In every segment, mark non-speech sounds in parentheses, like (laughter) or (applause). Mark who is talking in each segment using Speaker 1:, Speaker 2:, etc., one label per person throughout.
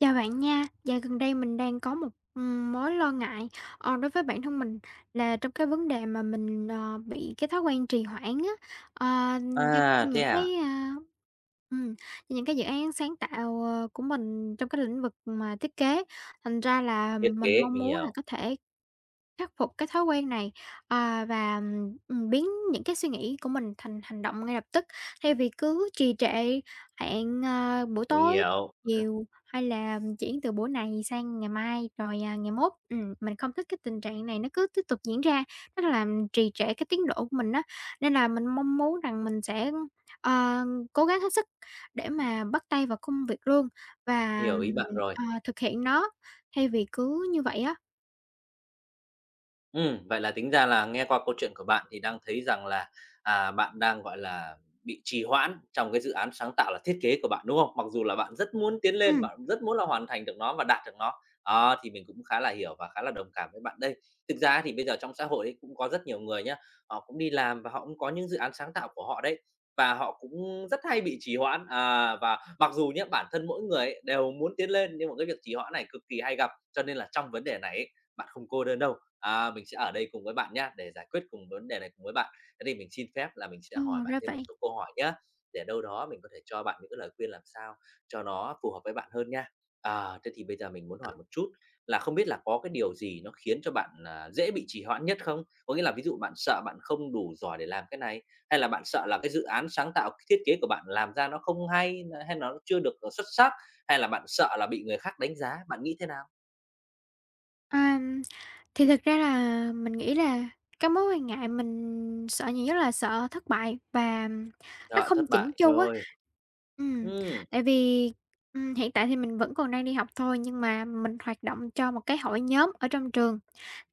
Speaker 1: Chào bạn nha, dạo gần đây mình đang có một mối lo ngại đối với bản thân mình là trong cái vấn đề mà mình bị cái thói quen trì hoãn á. ờ, do
Speaker 2: À, thế
Speaker 1: những cái
Speaker 2: à?
Speaker 1: à, ừm, do những cái dự án sáng tạo của mình trong cái lĩnh vực mà thiết kế, thành ra là
Speaker 2: Thiết
Speaker 1: mình
Speaker 2: kế,
Speaker 1: mong muốn là có thể khắc phục cái thói quen này, và, biến những cái suy nghĩ của mình thành hành động ngay lập tức, thay vì cứ trì trệ, hẹn, buổi
Speaker 2: mình
Speaker 1: tối
Speaker 2: hiểu,
Speaker 1: chiều hay là chuyển từ bữa này sang ngày mai rồi, à, ngày mốt. Mình không thích cái tình trạng này nó cứ tiếp tục diễn ra, nó làm trì trệ cái tiến độ của mình á, nên là mình mong muốn rằng mình sẽ, ờ, cố gắng hết sức để mà bắt tay vào công việc luôn và,
Speaker 2: hiểu ý bạn rồi.
Speaker 1: thực hiện nó thay vì cứ như vậy á.
Speaker 2: Vậy là tính ra là nghe qua câu chuyện của bạn thì đang thấy rằng là, à, bạn đang, gọi là, bị trì hoãn trong cái dự án sáng tạo là thiết kế của bạn, đúng không? Mặc dù là bạn rất muốn tiến lên,
Speaker 1: Ừm,
Speaker 2: bạn rất muốn là hoàn thành được nó và đạt được nó. Đó, thì mình cũng khá là hiểu và khá là đồng cảm với bạn đây. Thực ra thì bây giờ trong xã hội ấy cũng có rất nhiều người nhá, họ cũng đi làm và họ cũng có những dự án sáng tạo của họ đấy, và họ cũng rất hay bị trì hoãn. À, và mặc dù nhé bản thân mỗi người ấy đều muốn tiến lên, nhưng mà cái việc trì hoãn này cực kỳ hay gặp, cho nên là trong vấn đề này ấy, bạn không cô đơn đâu. À, mình sẽ ở đây cùng với bạn nhé để giải quyết cùng vấn đề này cùng với bạn. Thế thì mình xin phép là mình sẽ
Speaker 1: ờ,
Speaker 2: hỏi bạn
Speaker 1: ra
Speaker 2: thêm một
Speaker 1: vậy.
Speaker 2: số câu hỏi nhé để đâu đó mình có thể cho bạn những cái lời khuyên làm sao cho nó phù hợp với bạn hơn nha. À, thế thì bây giờ mình muốn hỏi một chút là không biết là có cái điều gì nó khiến cho bạn, à, dễ bị trì hoãn nhất không? Có nghĩa là ví dụ bạn sợ bạn không đủ giỏi để làm cái này, hay là bạn sợ là cái dự án sáng tạo, cái thiết kế của bạn làm ra nó không hay, hay nó chưa được, xuất sắc, hay là bạn sợ là bị người khác đánh giá, bạn nghĩ thế nào?
Speaker 1: À, thì thực ra là mình nghĩ là cái mối quan ngại mình sợ nhiều nhất là sợ thất bại và nó
Speaker 2: Sợ
Speaker 1: không
Speaker 2: thất
Speaker 1: chỉnh
Speaker 2: bại,
Speaker 1: chu á.
Speaker 2: rồi,
Speaker 1: Ừm,
Speaker 2: ừm.
Speaker 1: tại vì, hiện tại thì mình vẫn còn đang đi học thôi, nhưng mà mình hoạt động cho một cái hội nhóm ở trong trường.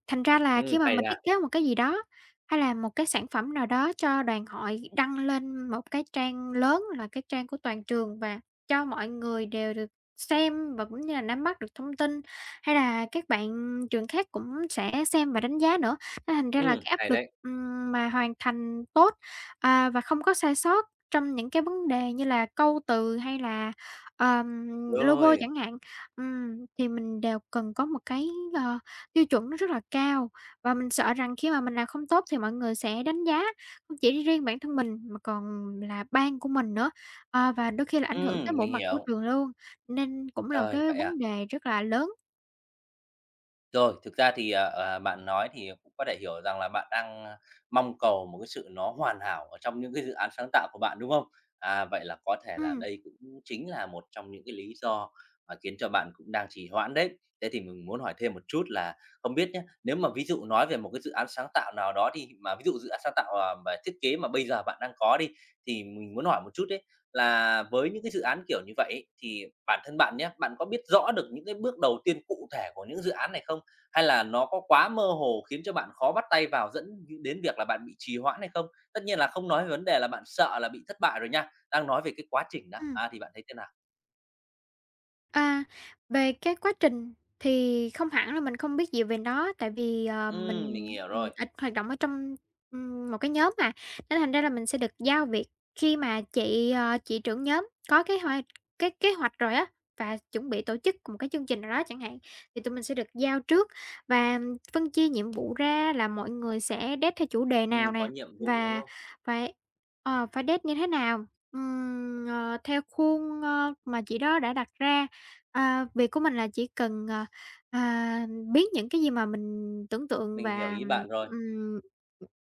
Speaker 1: Thành ra là
Speaker 2: Ừ,
Speaker 1: khi mà
Speaker 2: hay
Speaker 1: mình thiết
Speaker 2: ha.
Speaker 1: kế một cái gì đó, hay là một cái sản phẩm nào đó cho đoàn hội đăng lên một cái trang lớn là cái trang của toàn trường và cho mọi người đều được xem và cũng như là nắm bắt được thông tin, hay là các bạn trường khác cũng sẽ xem và đánh giá nữa. Nên thành ra là
Speaker 2: Ừ,
Speaker 1: cái áp
Speaker 2: hay
Speaker 1: lực
Speaker 2: đấy.
Speaker 1: mà hoàn thành tốt, và không có sai sót trong những cái vấn đề như là câu từ hay là, ờm, logo
Speaker 2: Rồi,
Speaker 1: chẳng hạn, thì mình đều cần có một cái, ờ tiêu chuẩn nó rất là cao và mình sợ rằng khi mà mình làm không tốt thì mọi người sẽ đánh giá không chỉ riêng bản thân mình mà còn là ban của mình nữa, và đôi khi là
Speaker 2: Ừ,
Speaker 1: ảnh hưởng tới bộ
Speaker 2: mình
Speaker 1: mặt của
Speaker 2: hiểu.
Speaker 1: trường luôn, nên cũng là một
Speaker 2: Trời,
Speaker 1: cái
Speaker 2: vậy à?
Speaker 1: vấn đề rất là lớn.
Speaker 2: Rồi, thực ra thì, à, à, bạn nói thì cũng có thể hiểu rằng là bạn đang, a, mong cầu một cái sự nó hoàn hảo ở trong những cái dự án sáng tạo của bạn, đúng không? À, vậy là có thể là
Speaker 1: Ừm,
Speaker 2: đây cũng chính là một trong những cái lý do mà khiến cho bạn cũng đang trì hoãn đấy. Thế thì mình muốn hỏi thêm một chút là không biết nhé nếu mà ví dụ nói về một cái dự án sáng tạo nào đó đi, mà ví dụ dự án sáng tạo, à, về thiết kế mà bây giờ bạn đang có đi, thì mình muốn hỏi một chút đấy là với những cái dự án kiểu như vậy ấy, thì bản thân bạn nhé bạn có biết rõ được những cái bước đầu tiên cụ thể của những dự án này không? Hay là nó có quá mơ hồ khiến cho bạn khó bắt tay vào dẫn đến việc là bạn bị trì hoãn hay không? Tất nhiên là không nói về vấn đề là bạn sợ là bị thất bại rồi nha, đang nói về cái quá trình đó,
Speaker 1: ừm.
Speaker 2: à, thì bạn thấy thế nào?
Speaker 1: À, về cái quá trình thì không hẳn là mình không biết gì về nó, tại vì, mình,
Speaker 2: Mình hiểu rồi,
Speaker 1: ít hoạt động ở trong, một cái nhóm mà, nên thành ra là mình sẽ được giao việc khi mà chị trưởng nhóm có cái kế hoạch rồi á, và chuẩn bị tổ chức một cái chương trình nào đó chẳng hạn, thì tụi mình sẽ được giao trước và phân chia nhiệm vụ ra là mọi người sẽ date theo chủ đề nào
Speaker 2: có
Speaker 1: nè,
Speaker 2: nhiệm vụ, đúng
Speaker 1: và
Speaker 2: không?
Speaker 1: phải phải date như thế nào, theo khuôn, mà chị đó đã đặt ra. À, việc của mình là chỉ cần, à, biết những cái gì mà mình tưởng tượng
Speaker 2: Mình hiểu
Speaker 1: và,
Speaker 2: ý bạn rồi,
Speaker 1: ừm,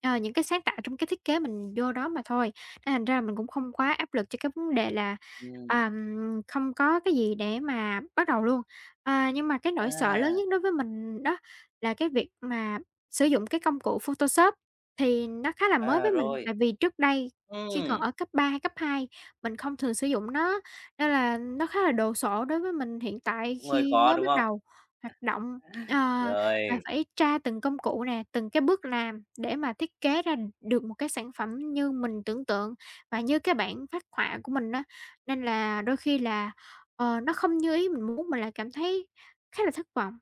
Speaker 1: những cái sáng tạo trong cái thiết kế mình vô đó mà thôi. Nên thành ra là mình cũng không quá áp lực cho cái vấn đề là,
Speaker 2: ừm,
Speaker 1: không có cái gì để mà bắt đầu luôn. À, nhưng mà cái nỗi sợ lớn
Speaker 2: à,
Speaker 1: nhất đối với mình đó là cái việc mà sử dụng cái công cụ Photoshop thì nó khá là mới
Speaker 2: à,
Speaker 1: với mình,
Speaker 2: rồi,
Speaker 1: tại vì trước đây khi còn
Speaker 2: ừm,
Speaker 1: ở cấp 3, hay cấp 2 mình không thường sử dụng nó. Nên là nó khá là đồ sộ đối với mình hiện tại
Speaker 2: cũng
Speaker 1: khi
Speaker 2: khó,
Speaker 1: mới
Speaker 2: đúng
Speaker 1: bắt
Speaker 2: không?
Speaker 1: đầu hoạt động, ờ, và
Speaker 2: Rồi.
Speaker 1: phải tra từng công cụ nè, từng cái bước làm để mà thiết kế ra được một cái sản phẩm như mình tưởng tượng và như cái bản phác họa của mình á. Nên là đôi khi là, nó không như ý mình muốn, mình lại cảm thấy khá là thất vọng.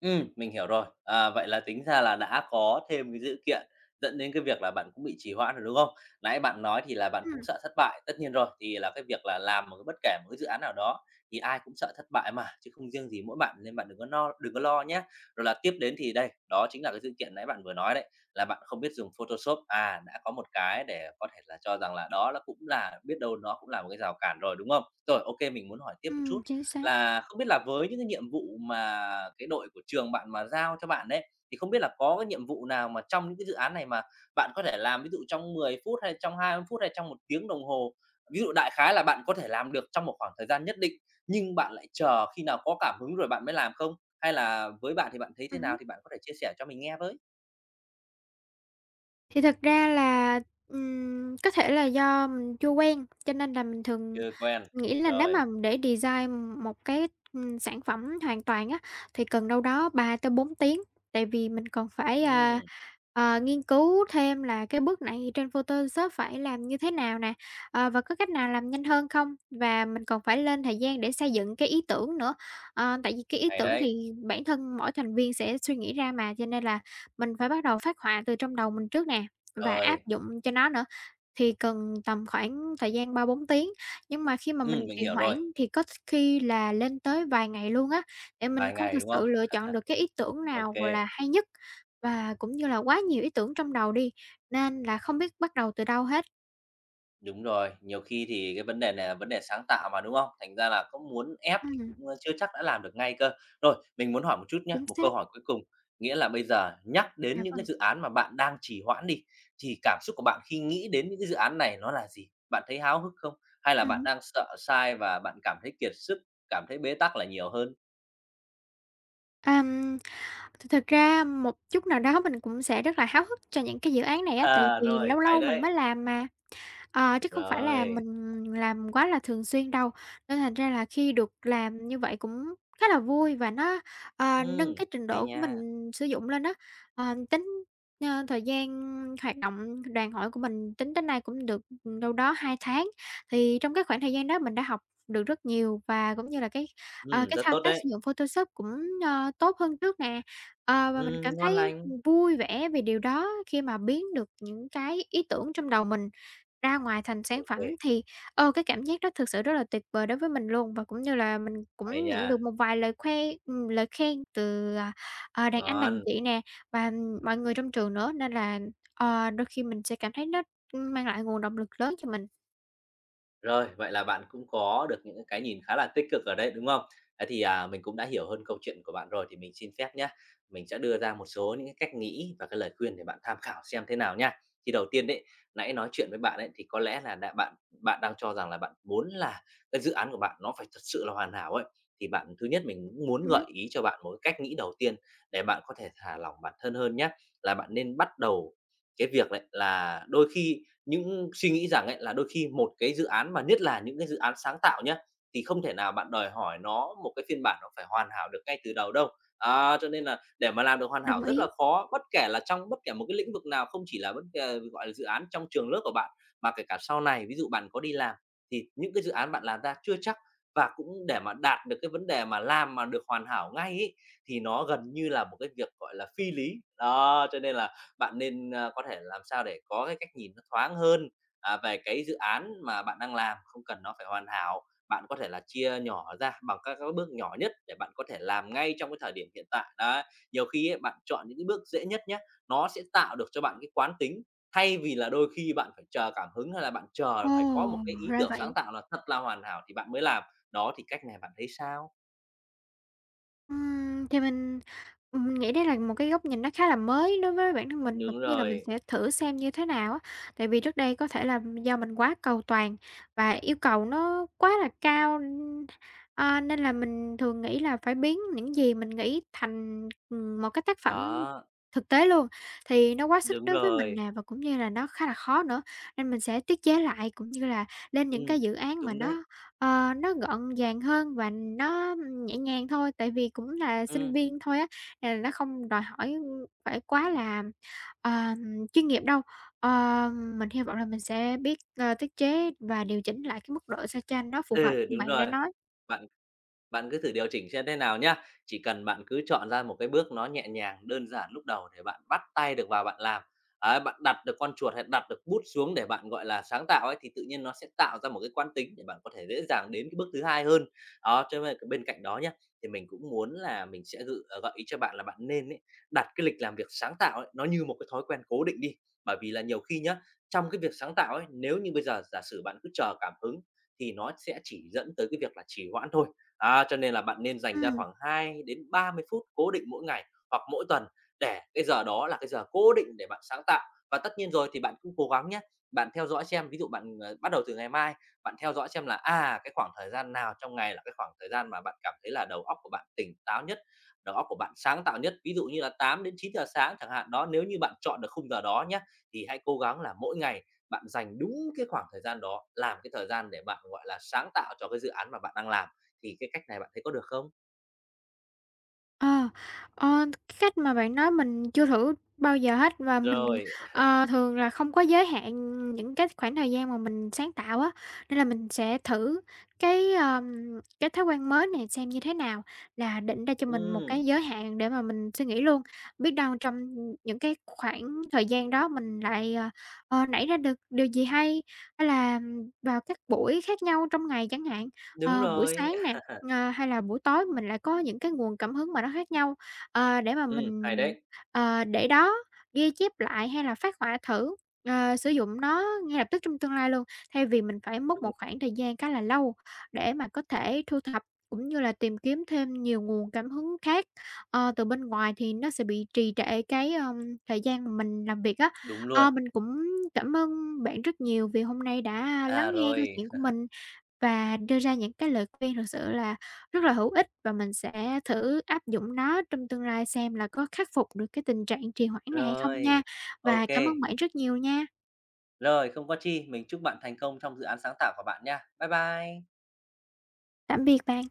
Speaker 2: Mình hiểu rồi. À, vậy là tính ra là đã có thêm cái dữ kiện dẫn đến cái việc là bạn cũng bị trì hoãn rồi, đúng không? Nãy bạn nói thì là bạn cũng
Speaker 1: Ừm,
Speaker 2: sợ thất bại, tất nhiên rồi, thì là cái việc là làm một cái bất kể một cái dự án nào đó thì ai cũng sợ thất bại mà, chứ không riêng gì mỗi bạn nên bạn đừng có lo đừng có lo nhé. Rồi là tiếp đến thì đây, đó chính là cái dữ kiện nãy bạn vừa nói đấy, là bạn không biết dùng Photoshop, à, đã có một cái để có thể là cho rằng là đó là cũng là biết đâu nó cũng là một cái rào cản rồi, đúng không? Rồi, OK, mình muốn hỏi tiếp một chút
Speaker 1: chính xác.
Speaker 2: là không biết là với những cái nhiệm vụ mà cái đội của trường bạn mà giao cho bạn đấy thì không biết là có cái nhiệm vụ nào mà trong những cái dự án này mà bạn có thể làm ví dụ trong 10 phút hay trong 20 phút hay trong một tiếng đồng hồ? Ví dụ đại khái là bạn có thể làm được trong một khoảng thời gian nhất định, nhưng bạn lại chờ khi nào có cảm hứng rồi bạn mới làm không? Hay là với bạn thì bạn thấy thế nào
Speaker 1: Ừm
Speaker 2: thì bạn có thể chia sẻ cho mình nghe với?
Speaker 1: Thì thật ra là, có thể là do mình chưa quen, cho nên là mình thường
Speaker 2: Chưa quen,
Speaker 1: nghĩ là nếu
Speaker 2: rồi.
Speaker 1: mà để design một cái, sản phẩm hoàn toàn á, thì cần đâu đó 3 tới 4 tiếng, tại vì mình còn phải,
Speaker 2: Ừm,
Speaker 1: nghiên cứu thêm là cái bước này trên Photoshop phải làm như thế nào nè, và có cách nào làm nhanh hơn không? Và mình còn phải lên thời gian để xây dựng cái ý tưởng nữa, tại vì cái ý
Speaker 2: hay
Speaker 1: tưởng
Speaker 2: đấy.
Speaker 1: thì bản thân mỗi thành viên sẽ suy nghĩ ra mà, cho nên là mình phải bắt đầu phát họa từ trong đầu mình trước nè, và áp
Speaker 2: Rồi,
Speaker 1: dụng cho nó nữa, thì cần tầm khoảng thời gian 3 4 tiếng. Nhưng mà khi mà mình
Speaker 2: mình
Speaker 1: trì
Speaker 2: hiểu
Speaker 1: hoãn
Speaker 2: rồi,
Speaker 1: thì có khi là lên tới vài ngày luôn á, để mình
Speaker 2: vài
Speaker 1: không thực
Speaker 2: ngày, đúng không?
Speaker 1: sự lựa
Speaker 2: (laughs)
Speaker 1: chọn được cái ý tưởng nào
Speaker 2: OK.
Speaker 1: là hay nhất, và cũng như là quá nhiều ý tưởng trong đầu đi, nên là không biết bắt đầu từ đâu hết.
Speaker 2: Đúng rồi, nhiều khi thì cái vấn đề này là vấn đề sáng tạo mà, đúng không? Thành ra là có muốn ép thì
Speaker 1: Ừm,
Speaker 2: cũng, chưa chắc đã làm được ngay cơ. Rồi, mình muốn hỏi một chút nhé
Speaker 1: chính
Speaker 2: một câu
Speaker 1: xác.
Speaker 2: hỏi cuối cùng, nghĩa là bây giờ nhắc
Speaker 1: Dạ
Speaker 2: đến những cái
Speaker 1: vâng.
Speaker 2: dự án mà bạn đang trì hoãn đi, thì cảm xúc của bạn khi nghĩ đến những cái dự án này nó là gì? Bạn thấy háo hức không? Hay là bạn
Speaker 1: Hứm.
Speaker 2: đang sợ sai và bạn cảm thấy kiệt sức, cảm thấy bế tắc là nhiều hơn?
Speaker 1: Thực ra một chút nào đó mình cũng sẽ rất là háo hức cho những cái dự án này
Speaker 2: (laughs)
Speaker 1: á, tại
Speaker 2: À,
Speaker 1: vì
Speaker 2: rồi,
Speaker 1: lâu
Speaker 2: hay
Speaker 1: lâu mình
Speaker 2: đấy.
Speaker 1: mới làm mà. Ờ, chứ không phải là
Speaker 2: Rồi,
Speaker 1: mình làm quá là thường xuyên đâu, nên thành ra là khi được làm như vậy cũng khá là vui và nó, nâng
Speaker 2: ừm,
Speaker 1: cái trình
Speaker 2: hay
Speaker 1: độ của
Speaker 2: nha.
Speaker 1: mình sử dụng lên đó. Ờ, tính, thời gian hoạt động đoàn hội của mình tính đến nay cũng được, đâu đó 2 tháng, thì trong cái khoảng thời gian đó mình đã học được rất nhiều và cũng như là cái, ờ, cái
Speaker 2: Rất
Speaker 1: thao
Speaker 2: tốt
Speaker 1: tác
Speaker 2: đấy.
Speaker 1: sử dụng Photoshop cũng, tốt hơn trước nè. Và mình cảm
Speaker 2: Ngon
Speaker 1: thấy
Speaker 2: lành.
Speaker 1: vui vẻ về điều đó khi mà biến được những cái ý tưởng trong đầu mình ra ngoài thành sản
Speaker 2: OK
Speaker 1: phẩm
Speaker 2: kê,
Speaker 1: thì, cái cảm giác đó thực sự rất là tuyệt vời đối với mình luôn, và cũng như là mình
Speaker 2: hay
Speaker 1: cũng
Speaker 2: nha,
Speaker 1: nhận được một vài lời khen từ, đàn anh,
Speaker 2: ngon.
Speaker 1: đàn chị nè, và mọi người trong trường nữa, nên là, đôi khi mình sẽ cảm thấy nó mang lại nguồn động lực lớn cho mình.
Speaker 2: Rồi, vậy là bạn cũng có được những cái nhìn khá là tích cực ở đây, đúng không? Thế thì, à, mình cũng đã hiểu hơn câu chuyện của bạn rồi thì mình xin phép nhé, mình sẽ đưa ra một số những cái cách nghĩ và cái lời khuyên để bạn tham khảo xem thế nào nha. Thì đầu tiên đấy, nãy nói chuyện với bạn ấy thì có lẽ là đã bạn bạn đang cho rằng là bạn muốn là cái dự án của bạn nó phải thật sự là hoàn hảo ấy, thì bạn thứ nhất mình cũng muốn gợi
Speaker 1: Ừm,
Speaker 2: ý cho bạn một cái cách nghĩ đầu tiên để bạn có thể thả lỏng bản thân hơn nhá, là bạn nên bắt đầu cái việc đấy là đôi khi những suy nghĩ rằng ấy là đôi khi một cái dự án mà nhất là những cái dự án sáng tạo nhé thì không thể nào bạn đòi hỏi nó một cái phiên bản nó phải hoàn hảo được ngay từ đầu đâu. Đó, cho nên là để mà làm được hoàn
Speaker 1: đồng
Speaker 2: hảo rất là
Speaker 1: ý.
Speaker 2: khó, bất kể là trong bất kể một cái lĩnh vực nào, không chỉ là bất kể, gọi là, dự án trong trường lớp của bạn, mà kể cả sau này, ví dụ bạn có đi làm thì những cái dự án bạn làm ra chưa chắc và cũng để mà đạt được cái vấn đề mà làm mà được hoàn hảo ngay ấy, thì nó gần như là một cái việc, gọi là, phi lý. Đó, cho nên là bạn nên, a, có thể làm sao để có cái cách nhìn nó thoáng hơn, à, về cái dự án mà bạn đang làm, không cần nó phải hoàn hảo. Bạn có thể là chia nhỏ ra bằng các bước nhỏ nhất để bạn có thể làm ngay trong cái thời điểm hiện tại. Đó, nhiều khi ấy, bạn chọn những cái bước dễ nhất nhé nó sẽ tạo được cho bạn cái quán tính, thay vì là đôi khi bạn phải chờ cảm hứng hay là bạn chờ
Speaker 1: Ồ,
Speaker 2: phải có một cái ý
Speaker 1: ra
Speaker 2: tưởng sáng
Speaker 1: vậy.
Speaker 2: tạo là thật là hoàn hảo thì bạn mới làm. Đó, thì cách này bạn thấy sao?
Speaker 1: Thì mình nghĩ đây là một cái góc nhìn nó khá là mới đối với bản thân mình và
Speaker 2: Đúng
Speaker 1: cũng như là mình
Speaker 2: rồi,
Speaker 1: sẽ thử xem như thế nào á. Tại vì trước đây có thể là do mình quá cầu toàn và yêu cầu nó quá là cao, nên là mình thường nghĩ là phải biến những gì mình nghĩ thành, một cái tác phẩm
Speaker 2: đó,
Speaker 1: thực tế luôn, thì nó quá sức
Speaker 2: đúng
Speaker 1: đối với mình
Speaker 2: rồi,
Speaker 1: nè và cũng như là nó khá là khó nữa, nên mình sẽ tiết chế lại cũng như là lên những
Speaker 2: ừm,
Speaker 1: cái dự án mà
Speaker 2: đúng đấy,
Speaker 1: nó gọn gàng hơn và nó nhẹ nhàng thôi. Tại vì cũng là sinh
Speaker 2: ừm.
Speaker 1: viên thôi á, hay là nó không đòi hỏi phải quá là, ờ, chuyên nghiệp đâu. Ờ, mình hy vọng là mình sẽ biết, tiết chế và điều chỉnh lại cái mức độ sao cho nó phù hợp
Speaker 2: Ừ,
Speaker 1: như
Speaker 2: đúng
Speaker 1: bạn đã
Speaker 2: rồi.
Speaker 1: nói.
Speaker 2: Bạn bạn cứ thử điều chỉnh xem thế nào nhá. Chỉ cần bạn cứ chọn ra một cái bước nó nhẹ nhàng, đơn giản lúc đầu để bạn bắt tay được vào bạn làm. Đấy, bạn đặt được con chuột hay đặt được bút xuống để bạn, gọi là, sáng tạo ấy, thì tự nhiên nó sẽ tạo ra một cái quán tính để bạn có thể dễ dàng đến cái bước thứ hai hơn. Đó, cho nên bên cạnh đó nhá, thì mình cũng muốn là mình sẽ gợi ý cho bạn là bạn nên ấy, đặt cái lịch làm việc sáng tạo ấy, nó như một cái thói quen cố định đi. Bởi vì là nhiều khi nhá, trong cái việc sáng tạo ấy, nếu như bây giờ giả sử bạn cứ chờ cảm hứng thì nó sẽ chỉ dẫn tới cái việc là trì hoãn thôi. Á, cho nên là bạn nên dành ra
Speaker 1: Ừm.
Speaker 2: khoảng 20 đến 30 phút cố định mỗi ngày hoặc mỗi tuần để cái giờ đó là cái giờ cố định để bạn sáng tạo. Và tất nhiên rồi thì bạn cũng cố gắng nhé bạn theo dõi xem, ví dụ bạn, bắt đầu từ ngày mai, bạn theo dõi xem là, à, cái khoảng thời gian nào trong ngày là cái khoảng thời gian mà bạn cảm thấy là đầu óc của bạn tỉnh táo nhất, đầu óc của bạn sáng tạo nhất, ví dụ như là 8 đến 9 giờ sáng chẳng hạn. Đó, nếu như bạn chọn được khung giờ đó nhé thì hãy cố gắng là mỗi ngày bạn dành đúng cái khoảng thời gian đó, làm cái thời gian để bạn, gọi là, sáng tạo cho cái dự án mà bạn đang làm thì cái cách này bạn thấy có được không?
Speaker 1: Ờ, cái cách mà bạn nói mình chưa thử bao giờ hết và mình,
Speaker 2: Rồi.
Speaker 1: thường là không có giới hạn những cái khoảng thời gian mà mình sáng tạo á, nên là mình sẽ thử cái, ờm, cái thói quen mới này xem như thế nào, là định ra cho mình một
Speaker 2: Ừm.
Speaker 1: cái giới hạn để mà mình suy nghĩ luôn. Biết đâu trong những cái khoảng thời gian đó mình lại, nảy ra được điều gì hay, hay là vào các buổi khác nhau trong ngày chẳng hạn,
Speaker 2: Đúng
Speaker 1: buổi
Speaker 2: rồi.
Speaker 1: sáng nè.
Speaker 2: (laughs)
Speaker 1: Hay là buổi tối mình lại có những cái nguồn cảm hứng mà nó khác nhau, để mà mình,
Speaker 2: Hay đấy.
Speaker 1: để đó, ghi chép lại hay là phát họa thử, sử dụng nó ngay lập tức trong tương lai luôn, thay vì mình phải mất một
Speaker 2: Đúng,
Speaker 1: khoảng thời gian khá là lâu để mà có thể thu thập cũng như là tìm kiếm thêm nhiều nguồn cảm hứng khác, từ bên ngoài thì nó sẽ bị trì trệ thời gian mà mình làm việc á.
Speaker 2: đúng luôn.
Speaker 1: Mình cũng cảm ơn bạn rất nhiều vì hôm nay đã
Speaker 2: À,
Speaker 1: lắng nghe câu
Speaker 2: rồi,
Speaker 1: chuyện của
Speaker 2: (laughs)
Speaker 1: mình. Và đưa ra những cái lời khuyên thực sự là rất là hữu ích và mình sẽ thử áp dụng nó trong tương lai xem là có khắc phục được cái tình trạng trì hoãn này hay không nha.
Speaker 2: rồi,
Speaker 1: Và
Speaker 2: OK.
Speaker 1: cảm ơn bạn rất nhiều nha.
Speaker 2: Rồi, không có chi, mình chúc bạn thành công trong dự án sáng tạo của bạn nha. Bye bye.
Speaker 1: Tạm biệt bạn.